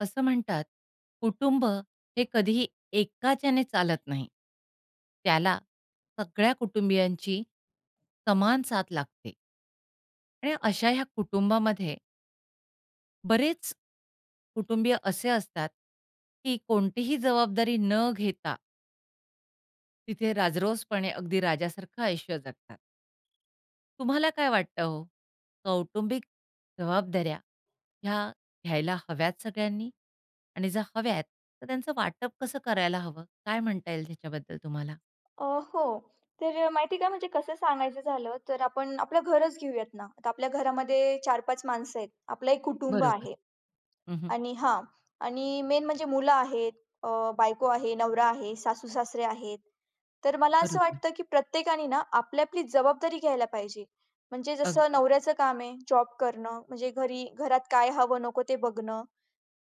असं म्हणतात, कुटुंब हे कधीही एकाच्याने चालत नाही. त्याला सगळ्या कुटुंबियांची समान साथ लागते आणि अशा ह्या कुटुंबामध्ये बरेच कुटुंबीय असे असतात, की कोणतीही जबाबदारी न घेता तिथे राजरोसपणे अगदी राजासारखं आयुष्य जगतात. तुम्हाला काय वाटतं हो, कौटुंबिक जबाबदाऱ्या ह्या घ्यायला हव्यात सगळ्यांनी? आणि जर हव्यात, तर त्यांचं वाटप कसं करायला हवं? काय म्हणता येईल त्याच्याबद्दल तुम्हाला? अ, हो. तर माहिती का, म्हणजे कसं सांगायचं झालं, तर आपण आपलं घरच घेऊयात ना. आता आपल्या घरामध्ये 4-5 माणसं आहेत. आपलं एक कुटुंब बरोबर. आहे हं, आणि हा, आणि मेन म्हणजे मुलं आहेत, बायको आहे, नवरा आहे, सासू-सासरे आहेत. तर मला असं बरोबर. वाटतं, की प्रत्येकाने ना आपली-आपली जबाबदारी घ्यायला पाहिजे. म्हणजे जसं अगदी. नवऱ्याचं काम आहे जॉब करणं, म्हणजे घरात काय हवं नको ते बघणं.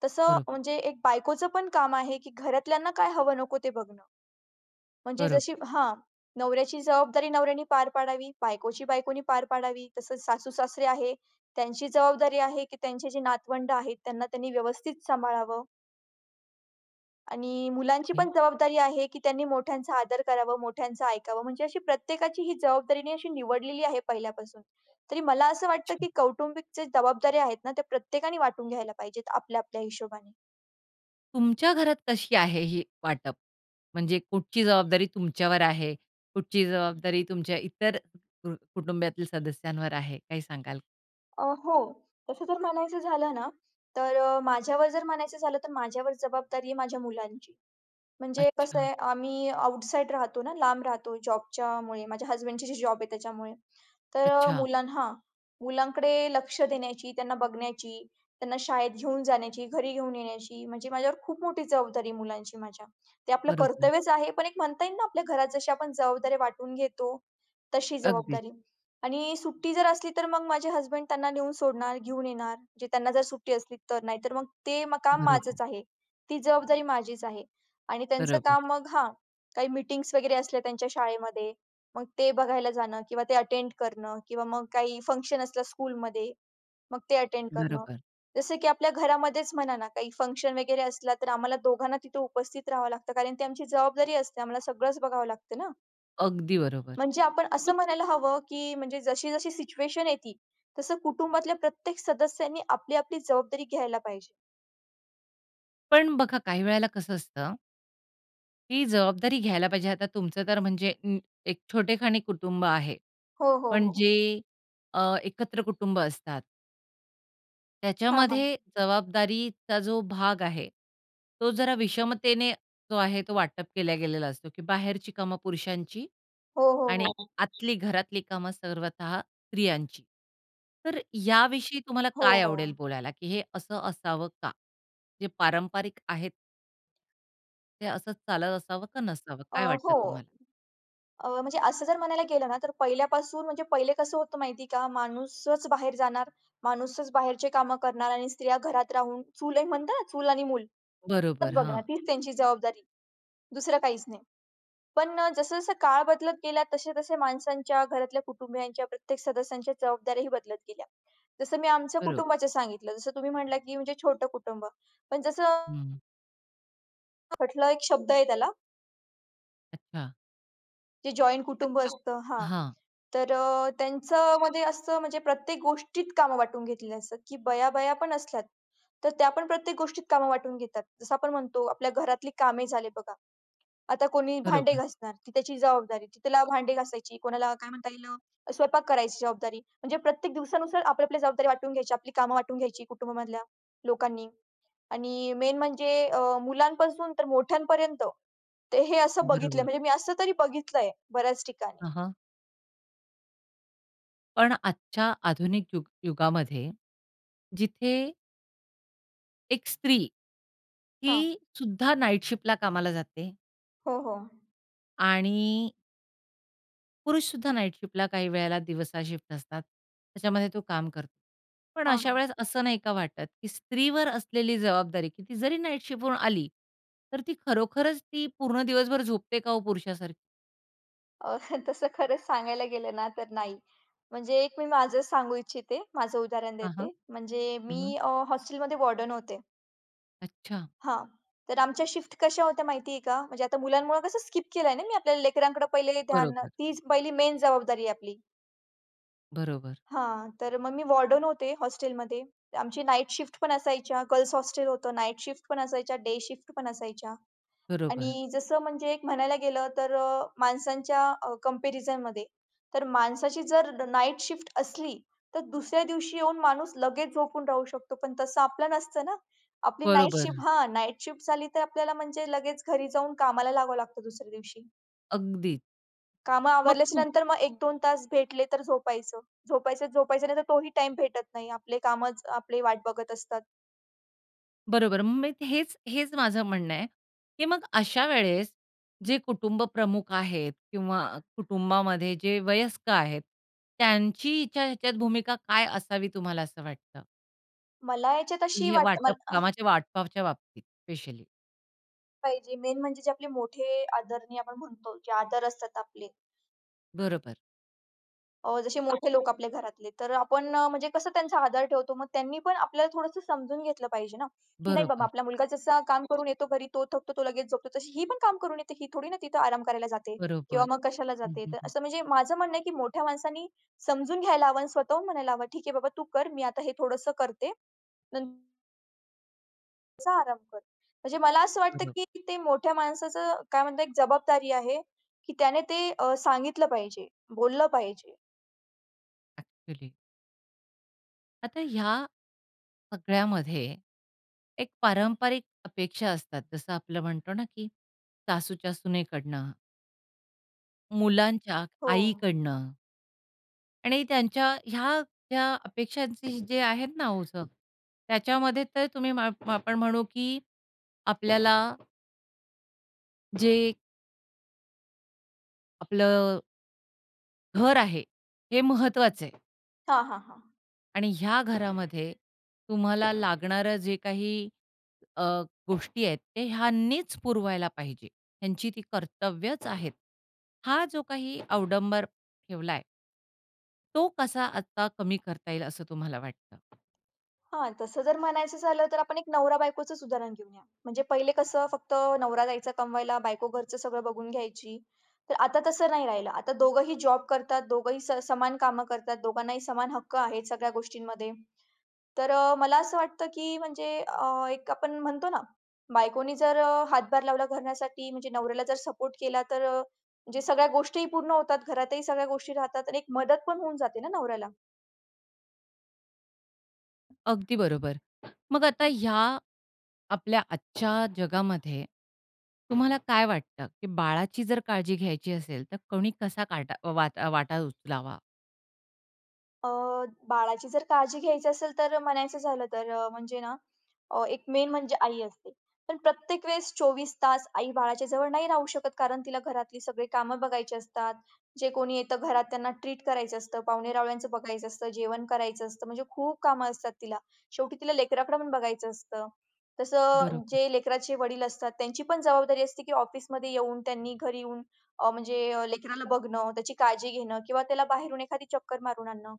तसं बरोबर. म्हणजे एक बायकोचं पण काम आहे, की घरातल्यांना काय हवं नको ते बघणं. म्हणजे बरोबर. जशी हां. नवऱ्याची जबाबदारी नवऱ्याने पार पाडावी, बायकोची बायकोनी पार पाडावी. तसंच सासू-सासरे आहे, त्यांची जबाबदारी आहे, की त्यांचे जे नातवंड आहेत, त्यांना त्यांनी व्यवस्थित सांभाळावं आणि मुलांची ओके. पण जबाबदारी आहे, की त्यांनी मोठ्यांचा आदर करावा, मोठ्यांचं ऐकावं. म्हणजे अशी प्रत्येकाची ही जबाबदारीने अशी निवडलेली आहे पहिल्यापासून. तरी मला असं वाटतं, छान. की कौटुंबिक जे जबाबदाऱ्या आहेत ना, त्या प्रत्येकाने वाटून घ्यायला पाहिजेत आपल्या-आपल्या हिशोबाने. तुमच्या घरात कशी आहे ही वाटप? म्हणजे कुठची जबाबदारी तुमच्यावर आहे? कुठची जबाबदारी तुमच्या इतर कुटुंबातील सदस्यांवर आहे? काही सांगाल. हो. तसं जर म्हणायचं झालं ना, तर माझ्यावर जर म्हणायचं झालं, तर माझ्यावर जबाबदारी आहे माझ्या मुलांची. म्हणजे कसं अच्छा, आहे, आम्ही आउटसाईड राहतो ना, लांब राहतो जॉबच्यामुळे. माझ्या हसबँडची जी जॉब आहे त्याच्यामुळे. तर अ, अच्छा. मुलां हां. मुलांकडे लक्ष देण्याची, त्यांना बघण्याची, त्यांना शाळेत घेऊन जाण्याची, घरी घेऊन येण्याची, म्हणजे माझ्यावर खूप मोठी जबाबदारी आहे मुलांची माझ्या. ते आपलं बरोबर. कर्तव्यच आहे, पण एक म्हणता येईल ना आपल्या घरात जशी आपण जबाबदाऱ्या वाटून घेतो, तशी अगदी, जबाबदारी. आणि सुट्टी जर असली तर मग माझे हसबंड त्यांना नेऊन सोडणार, घेऊन येणार. म्हणजे त्यांना जर सुट्टी असली तर. नाहीतर मग ते काम बरोबर, माझंच आहे. ती जबाबदारी माझीच आहे. आणि त्यांचं बरोबर, काम मग हां, काही मीटिंग्स वगैरे असल्या त्यांच्या शाळेमध्ये, मग ते बघायला जाणं किंवा ते अटेंड करणं किंवा मग काही फंक्शन असलं स्कूलमध्ये, मग ते अटेंड करणं. बरोबर. जसं की आपल्या घरामध्येच म्हणा ना, काही फंक्शन वगैरे असला, तर आम्हाला दोघांना तिथे उपस्थित राहावं लागतं. कारण ती आमची जबाबदारी असते. आम्हाला सगळंच बघावं लागतं ना. अगदी बरोबर. म्हणजे आपण असं मग म्हणायला हवं, की म्हणजे जशी-जशी सिच्युएशन येते, तसं कुटुंबातल्या प्रत्येक सदस्यांनी आपली-आपली जबाबदारी घ्यायला पाहिजे. पण बघा काही वेळेला कसं असतं, की जबाबदारी घ्यायला पाहिजे. आता तुमचं तर म्हणजे एक छोटेखानी कुटुंब आहे. हो, हो, पण हो. जे एकत्र कुटुंब असतात हां, हां. त्याच्यामध्ये जबाबदारीचा जो भाग आहे, तो जरा विषमतेने जो आहे तो वाटप केला गेलेला असतो, की बाहेरची कामं पुरुषांची हो, हो, आणि हो. आतली घरातली कामं सर्वतः स्त्रियांची. तर याविषयी तुम्हाला हो, काय आवडेल हो. बोलायला, की हे असं असावं का? जे पारंपरिक आहेत ते असंच चालत असावं का नसावं? अ, काय वाटतं हो. तुम्हाला? म्हणजे असं जर म्हणायला गेलं ना, तर पहिल्यापासून म्हणजे पहिले कसं होतं माहिती आहे का? माणूसच बाहेर जाणार, माणूसच बाहेरचे कामं करणार आणि स्त्रिया घरात राहून चूल एक म्हणतात ना, चूल आणि मूल तर बरोबर. बघणार. हां, तीच त्यांची जबाबदारी, दुसरं काहीच नाही. पण जसं-जसं काळ बदलत गेला, तसे-तसे माणसांच्या, घरातल्या कुटुंबियांच्या, प्रत्येक सदस्यांच्या जबाबदाऱ्याही बदलत गेल्या. जसं मी आमच्या बरोबर. कुटुंबाचं सांगितलं, जसं तुम्ही म्हटला, की म्हणजे छोटं कुटुंब. पण जसं हं. म्हटलं, एक शब्द आहे त्याला, अच्छा. जे जॉइंट कुटुंब असतं हां. हां. तर त्यांच्यामध्ये असं म्हणजे प्रत्येक गोष्टीत कामं वाटून घेतलेली असतात, की बया-बया पण असल्यात, तर त्या पण प्रत्येक गोष्टीत कामं वाटून घेतात. जसं आपण म्हणतो आपल्या घरातली कामे झाले बघा. आता कोणी भांडे बरोबर, घासणार, ती त्याची जबाबदारी. ती त्याला भांडे घासायची, कोणाला काय म्हणता येईल स्वयंपाक करायची जबाबदारी. म्हणजे प्रत्येक दिवसानुसार आपली-आपली जबाबदारी वाटून घ्यायची, आपली कामं वाटून घ्यायची कुटुंबामधल्या लोकांनी. आणि मेन म्हणजे मुलांपासून तर मोठ्यांपर्यंत ते हे असं बघितलंय बरोबर. म्हणजे मी असं तरी बघितलंय बऱ्याच ठिकाणी. हां, पण आजच्या आधुनिक युगामध्ये जिथे एक स्त्री ही हां. सुद्धा नाईट शिफ्टला कामाला जाते हो, हो. आणि पुरुषसुद्धा नाईट शिफ्टला काही वेळेला दिवसा शिफ्ट असतात. त्याच्यामध्ये तो काम करतो. पण हां, अशा हां. वेळेस असं नाही का वाटत, की स्त्रीवर असलेली जबाबदारी, की ती जरी नाईट शिफ्टवरून आली, तर ती खरोखरच ती पूर्ण दिवसभर झोपते का हो पुरुषासारखी? अ, तसं खरंच सांगायला गेलं ना, तर नाही. म्हणजे एक मी माझं सांगू इच्छिते, माझं उदाहरण हां, हां. देते. म्हणजे मी हॉस्टेलमध्ये वॉर्डन होते. अच्छा. हां, तर आमच्या शिफ्ट कशा होत्या माहिती आहे का? म्हणजे आता मुलांमुळं कसं स्किप केलंय ना मी, आपल्याला लेकरांकडे पहिले ध्यान बरोबर, तीच पहिली मेन जबाबदारी आहे आपली. बरोबर, हां, तर मग मी वॉर्डन होते हॉस्टेलमध्ये. आमची नाईट शिफ्ट पण असायच्या, गर्ल्स हॉस्टेल होतं, नाईट शिफ्ट पण असायच्या, डे शिफ्ट पण असायच्या. बरोबर, आणि जसं म्हणजे एक म्हणायला गेलं तर माणसांच्या कंपॅरिझनमध्ये तर माणसाची जर नाईट शिफ्ट असली, तर दुसऱ्या दिवशी येऊन माणूस लगेच झोपून राहू शकतो. पण तसं आपलं नसतं ना. आपली नाईट बरोबर. शिफ्ट हां, नाईट शिफ्ट झाली तर आपल्याला म्हणजे लगेच घरी जाऊन कामाला लागावं लागतं दुसऱ्या दिवशी. अगदी. कामं मग आवरल्याच्या नंतर मग 1-2 तास भेटले तर झोपायचं. झोपायचं नाही तर तोही टाईम भेटत नाही. आपले कामच आपली वाट बघत असतात. बरोबर. मग मी ते- हेच हेच माझं म्हणणं आहे, की मग अशा वेळेस जे कुटुंब प्रमुख आहेत किंवा कुटुंबामध्ये जे वयस्क आहेत, त्यांची हिच्या ह्याच्यात भूमिका काय असावी तुम्हाला असं वाटतं? मला याच्यात की अशी हे वाट वाटप मला कामाच्या वाटपाच्या बाबतीत स्पेशली. पाहिजे. मेन म्हणजे जे आपले मोठे आदरणीय आपण म्हणतो, जे आदर असतात आपले बरोबर, जसे मोठे लोक आपल्या घरातले, तर आपण म्हणजे कसं त्यांचा आदर ठेवतो. मग त्यांनी पण आपल्याला थोडंसं समजून घेतलं पाहिजे ना, की नाही बाबा बरोबर, आपला मुलगा जसा काम करून येतो घरी, तो थकतो, तो लगेच झोपतो. तशी ही पण काम करून येते. ही थोडी ना तिथं आराम करायला जाते किंवा बरोबर. मग कशाला हं, जाते. हं, तर हं. असं म्हणजे माझं म्हणणं आहे, की मोठ्या माणसांनी समजून घ्यायला हवं आणि स्वतःहून म्हणायला हवं, "ठीक आहे बाबा, तू कर. मी आता हे थोडंसं करते." नं असा आराम कर. म्हणजे मला असं वाटतं, बरोबर. की ते मोठ्या माणसाचं काय म्हणतात एक जबाबदारी आहे, की त्याने ते सांगितलं पाहिजे, बोललं पाहिजे. ॲक्चुअली. आता ह्या सगळ्यामध्ये एक पारंपरिक अपेक्षा असतात. जसं आपलं म्हणतो ना, की सासूच्या सुनेकडनं, मुलांच्या हो. आईकडनं आणि त्यांच्या ह्या ज्या अपेक्षांची जे आहेत ना ओझं, त्याच्यामध्ये तर तुम्ही मा मा- आपण म्हणू की आपल्याला जे आपलं घर आहे, हे महत्त्वाचं आहे हां, हां, हां. आणि ह्या घरामध्ये तुम्हाला लागणारं जे काही अ, गोष्टी आहेत, ते ह्यांनीच पुरवायला पाहिजे. ह्यांची ती कर्तव्यच आहेत. हा जो काही अवडंबर ठेवलाय तो कसा आता कमी करता येईल असं तुम्हाला वाटतं? हां, तसं जर म्हणायचं झालं, तर आपण एक नवरा-बायकोचंच उदाहरण घेऊया. म्हणजे पहिले कसं फक्त नवरा जायचा कमवायला, बायको घरचं सगळं बघून घ्यायची. तर आता तसं नाही राहिलं. आता दोघंही जॉब करतात, दोघंही समान कामं करतात, दोघांनाही समान हक्क आहेत सगळ्या गोष्टींमध्ये. तर मला असं वाटतं, की म्हणजे एक आपण म्हणतो ना, बायकोनी जर हातभार लावला घरासाठी म्हणजे नवऱ्याला जर सपोर्ट केला, तर म्हणजे सगळ्या गोष्टीही पूर्ण होतात, घरातही सगळ्या गोष्टी राहतात आणि एक मदत पण होऊन जाते ना नवऱ्याला. अगदी बरोबर. मग आता ह्या आपल्या आजच्या जगामध्ये तुम्हाला काय वाटतं, की बाळाची जर काळजी घ्यायची असेल, तर कोणी कसा काटा वाटा वाटा उचलावा? अ, बाळाची जर काळजी घ्यायची असेल तर म्हणायचं झालं तर म्हणजे ना एक मेन म्हणजे आई असते. पण प्रत्येक वेळेस 24 तास आई बाळाच्या जवळ नाही राहू शकत, कारण तिला घरातली सगळी कामं बघायची असतात. जे कोणी येतं घरात त्यांना ट्रीट करायचं असतं, पाहुणे-रावळ्यांचं बघायचं असतं, जेवण करायचं असतं, म्हणजे खूप कामं असतात तिला. शेवटी तिला लेकराकडं पण बघायचं असतं. तसं बरोबर, जे लेकराचे वडील असतात त्यांची पण जबाबदारी असते, की ऑफिसमध्ये येऊन त्यांनी घरी येऊन लेकराला बघणं, त्याची काळजी घेणं किंवा त्याला बाहेरून एखादी चक्कर मारून आणणं.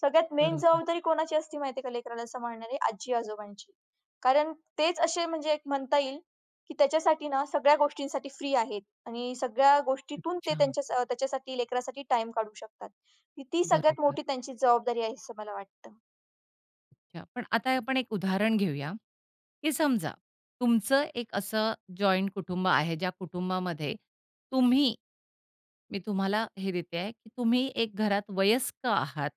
सगळ्यात मेन बरोबर. जबाबदारी कोणाची असते माहिती आहे का लेकराला सांभाळणारी? आजी-आजोबांची. कारण तेच असे म्हणजे एक म्हणता येईल, की त्याच्यासाठी ना सगळ्या गोष्टींसाठी फ्री आहेत आणि सगळ्या गोष्टीतून ते अच्छा, त्यांच्या त्याच्यासाठी लेकरासाठी टाईम काढू शकतात. ती ती सगळ्यात बरोबर. मोठी त्यांची जबाबदारी आहे असं मला वाटतं. अच्छा. पण आता आपण एक उदाहरण घेऊया, की समजा तुमचं एक असं जॉइंट कुटुंब आहे, ज्या कुटुंबामध्ये तुम्ही मी तुम्हाला हे देते आहे, की तुम्ही एक घरात वयस्क आहात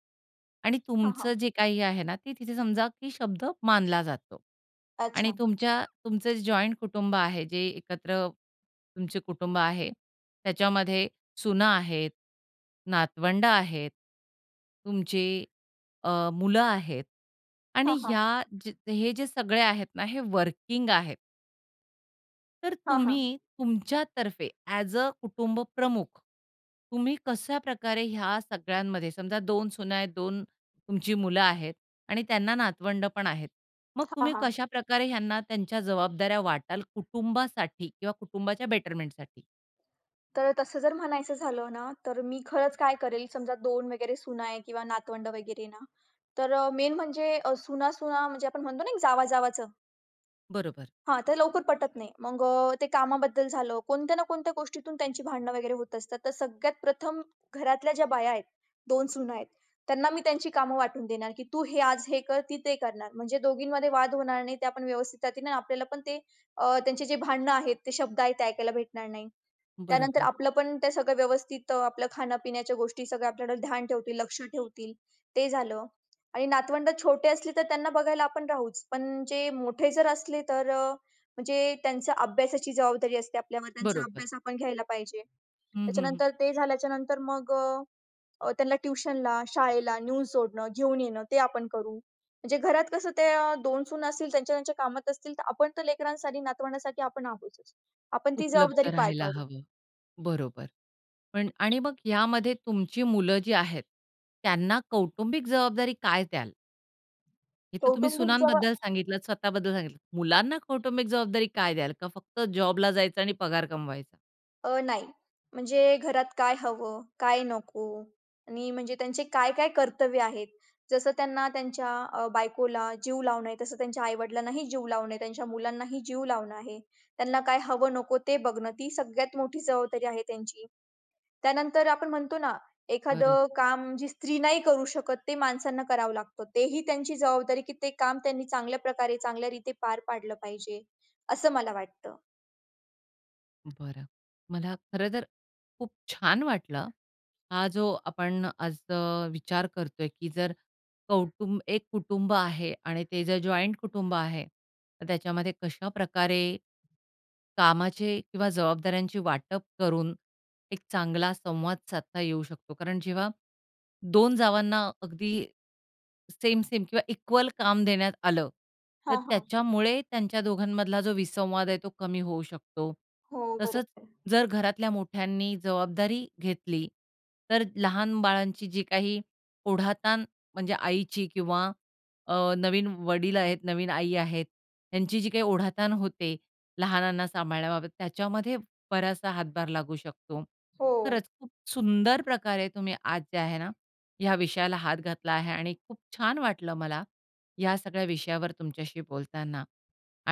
आणि हां, हां. तुमचं जे काही आहे ना, ते तिथे समजा की शब्द मानला जातो. आणि अच्छा. तुमचं जॉइंट कुटुंब आहे, जे एकत्र तुमचे कुटुंब आहे, त्याच्यामध्ये सुना आहेत, नातवंड आहेत, तुमची मुलं आहेत हां, आणि ह्या हां. जे हे जे सगळे आहेत ना, हे वर्किंग आहेत. तर हां, हां. तुम्ही तुमच्यातर्फे ॲज अ कुटुंब प्रमुख, तुम्ही कशाप्रकारे ह्या सगळ्यांमध्ये समजा 2 सुना आहेत, 2 तुमची मुलं आहेत आणि त्यांना नातवंड पण आहेत. मग हां, तुम्ही हां. कशाप्रकारे ह्यांना त्यांच्या जबाबदाऱ्या वाटाल कुटुंबासाठी किंवा कुटुंबाच्या बेटरमेंटसाठी? तर तसं जर म्हणायचं झालं ना, तर मी खरंच काय करेल समजा 2 वगैरे सुना आहे किंवा नातवंड वगैरे ना, तर मेन म्हणजे सुना-सुना म्हणजे आपण म्हणतो ना एक जावा-जावाचं, बरोबर, हां, ते लवकर पटत नाही. मग ते कामाबद्दल झालं, कोणत्या ना कोणत्या गोष्टीतून त्यांची भांडणं वगैरे होत असतात. तर सगळ्यात प्रथम घरातल्या ज्या बाया आहेत, 2 सुना आहेत, त्यांना मी त्यांची कामं वाटून देणार, की तू हे आज हे कर, ती ते करणार. म्हणजे दोघींमध्ये वाद होणार नाही. ते आपण व्यवस्थित राहतील आणि आपल्याला पण ते त्यांचे जे भांडणं आहेत, ते शब्द आहेत, ते ऐकायला भेटणार नाही. त्यानंतर बरोबर, आपलं पण ते सगळं व्यवस्थित आपलं खाण्यापिण्याच्या गोष्टी सगळ्या आपल्याकडे ध्यान ठेवतील, लक्ष ठेवतील, ते झालं. आणि नातवंड छोटे असले तर त्यांना बघायला आपण राहूच. पण जे मोठे जर असले तर म्हणजे त्यांच्या अभ्यासाची जबाबदारी असते आपल्यावर. त्यांचा बरोबर. अभ्यास आपण घ्यायला पाहिजे. हं, हं, हं. त्याच्यानंतर ते झाल्याच्या नंतर मग अ, अ, त्यांना ट्युशनला, शाळेला नेऊन सोडणं, घेऊन येणं ते आपण करू. म्हणजे घरात कसं ते 2 सून असतील, त्यांच्या त्यांच्या कामात असतील, तर आपण तर लेकरांसाठी, नातवंडासाठी आपण आहोतच. आपण ती उपलब्ध जबाबदारी पार राहायला पाडू. हवं. बरोबर. पण आणि मग यामध्ये तुमची मुलं जी आहेत, त्यांना कौटुंबिक जबाबदारी काय द्याल? इथं तुम्ही कौटुंबिक जवळ सुनांबद्दल सांगितलं, स्वतःबद्दल सांगितलं. मुलांना कौटुंबिक जबाबदारी काय द्याल? का फक्त जॉबला जायचं आणि पगार कमवायचा? नाही. म्हणजे घरात काय हवं, काय नको आणि म्हणजे त्यांचे काय-काय कर्तव्य आहेत. जसं त्यांना त्यांच्या बायकोला जीव लावणं आहे, तसं त्यांच्या आई-वडिलांनाही जीव लावणं आहे, त्यांच्या मुलांनाही जीव लावणं आहे. त्यांना काय हवं नको ते बघणं, ती सगळ्यात मोठी जबाबदारी आहे त्यांची. त्यानंतर आपण म्हणतो ना, बरं, एखादं काम जी स्त्री नाही करू शकत, ते माणसांना करावं लागतं. तेही त्यांची जबाबदारी की ते काम त्यांनी चांगल्या प्रकारे, चांगल्या रीती पार पाडलं पाहिजे, असं मला वाटतं. बरं. मला खरं तर खूप छान वाटलं हा जो आपण आज विचार करतोय, की जर एक कुटुंब आहे आणि ते जर जॉइंट कुटुंब आहे, तर त्याच्यामध्ये कशा प्रकारे कामाचे किंवा जबाबदाऱ्यांची वाटप करून एक चांगला संवाद साधता येऊ शकतो. कारण जेव्हा दोन जावांना अगदी सेम-सेम किंवा इक्वल काम देण्यात आलं, तर हां, हां. त्याच्यामुळे त्यांच्या दोघांमधला जो विसंवाद आहे तो कमी होऊ शकतो. हो, तसंच बरोबर. जर घरातल्या मोठ्यांनी जबाबदारी घेतली, तर लहान बाळांची जी काही ओढाताण म्हणजे आईची किंवा नवीन वडील आहेत, नवीन आई आहेत, यांची जी काही ओढाताण होते लहानांना सांभाळण्याबाबत, त्याच्यामध्ये बराचसा हातभार लागू शकतो. हो. खरंच खूप सुंदर प्रकारे तुम्ही आज जे आहे ना, ह्या विषयाला हात घातला आहे आणि खूप छान वाटलं मला या सगळ्या विषयावर तुमच्याशी बोलताना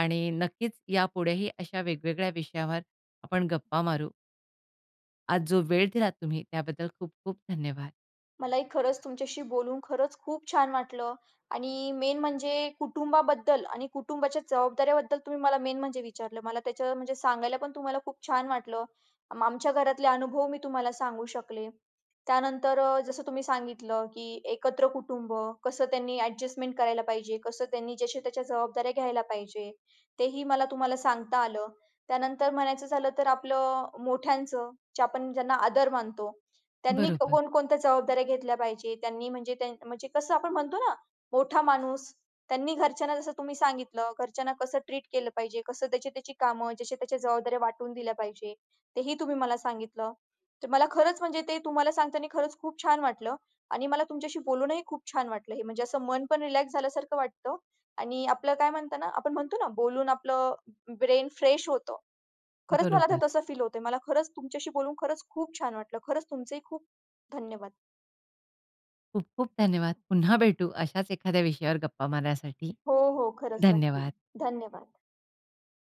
आणि नक्कीच यापुढेही अशा वेगवेगळ्या विषयावर आपण गप्पा मारू. आज जो वेळ दिला तुम्ही त्याबद्दल खूप खूप धन्यवाद. मलाही खरंच तुमच्याशी बोलून खरंच खूप छान वाटलं आणि मेन म्हणजे कुटुंबाबद्दल आणि कुटुंबाच्या जबाबदाऱ्याबद्दल तुम्ही मला मेन म्हणजे विचारलं. मला त्याच्यावर म्हणजे सांगायला पण तुम्हाला खूप छान वाटलं. आमच्या घरातले अनुभव मी तुम्हाला सांगू शकले. त्यानंतर जसं तुम्ही सांगितलं, की एकत्र कुटुंब कसं त्यांनी ॲडजस्टमेंट करायला पाहिजे, कसं त्यांनी ज्याच्या त्याच्या जबाबदाऱ्या घ्यायला पाहिजे, तेही मला तुम्हाला सांगता आलं. त्यानंतर म्हणायचं झालं तर आपलं मोठ्यांचं, जे आपण ज्यांना आदर मानतो, त्यांनी बरोबर, कोणकोणत्या जबाबदाऱ्या घेतल्या पाहिजे. त्यांनी म्हणजे त्यां म्हणजे कसं आपण म्हणतो ना, मोठा माणूस त्यांनी घरच्यांना जसं तुम्ही सांगितलं, घरच्यांना कसं ट्रीट केलं पाहिजे, कसं त्याची-त्याची कामं, ज्याच्या-त्याच्या जबाबदाऱ्या वाटून दिल्या पाहिजे, तेही तुम्ही मला सांगितलं. तर मला खरंच म्हणजे ते तुम्हाला सांगताना खरंच खूप छान वाटलं आणि मला तुमच्याशी बोलूनही खूप छान वाटलं. हे म्हणजे असं मन पण रिलॅक्स झाल्यासारखं वाटतं आणि आपलं काय म्हणता ना, आपण म्हणतो ना, बोलून आपलं ब्रेन फ्रेश होतं. खरंच मला ते बरोबर. तसं फील होतंय. मला खरंच तुमच्याशी बोलून खरंच खूप छान वाटलं. खरंच तुमचेही खूप धन्यवाद. खूप खूप धन्यवाद. पुन्हा भेटू अशाच एखाद्या विषयावर गप्पा मारण्यासाठी. हो, हो. खरंच नक्की. धन्यवाद. धन्यवाद.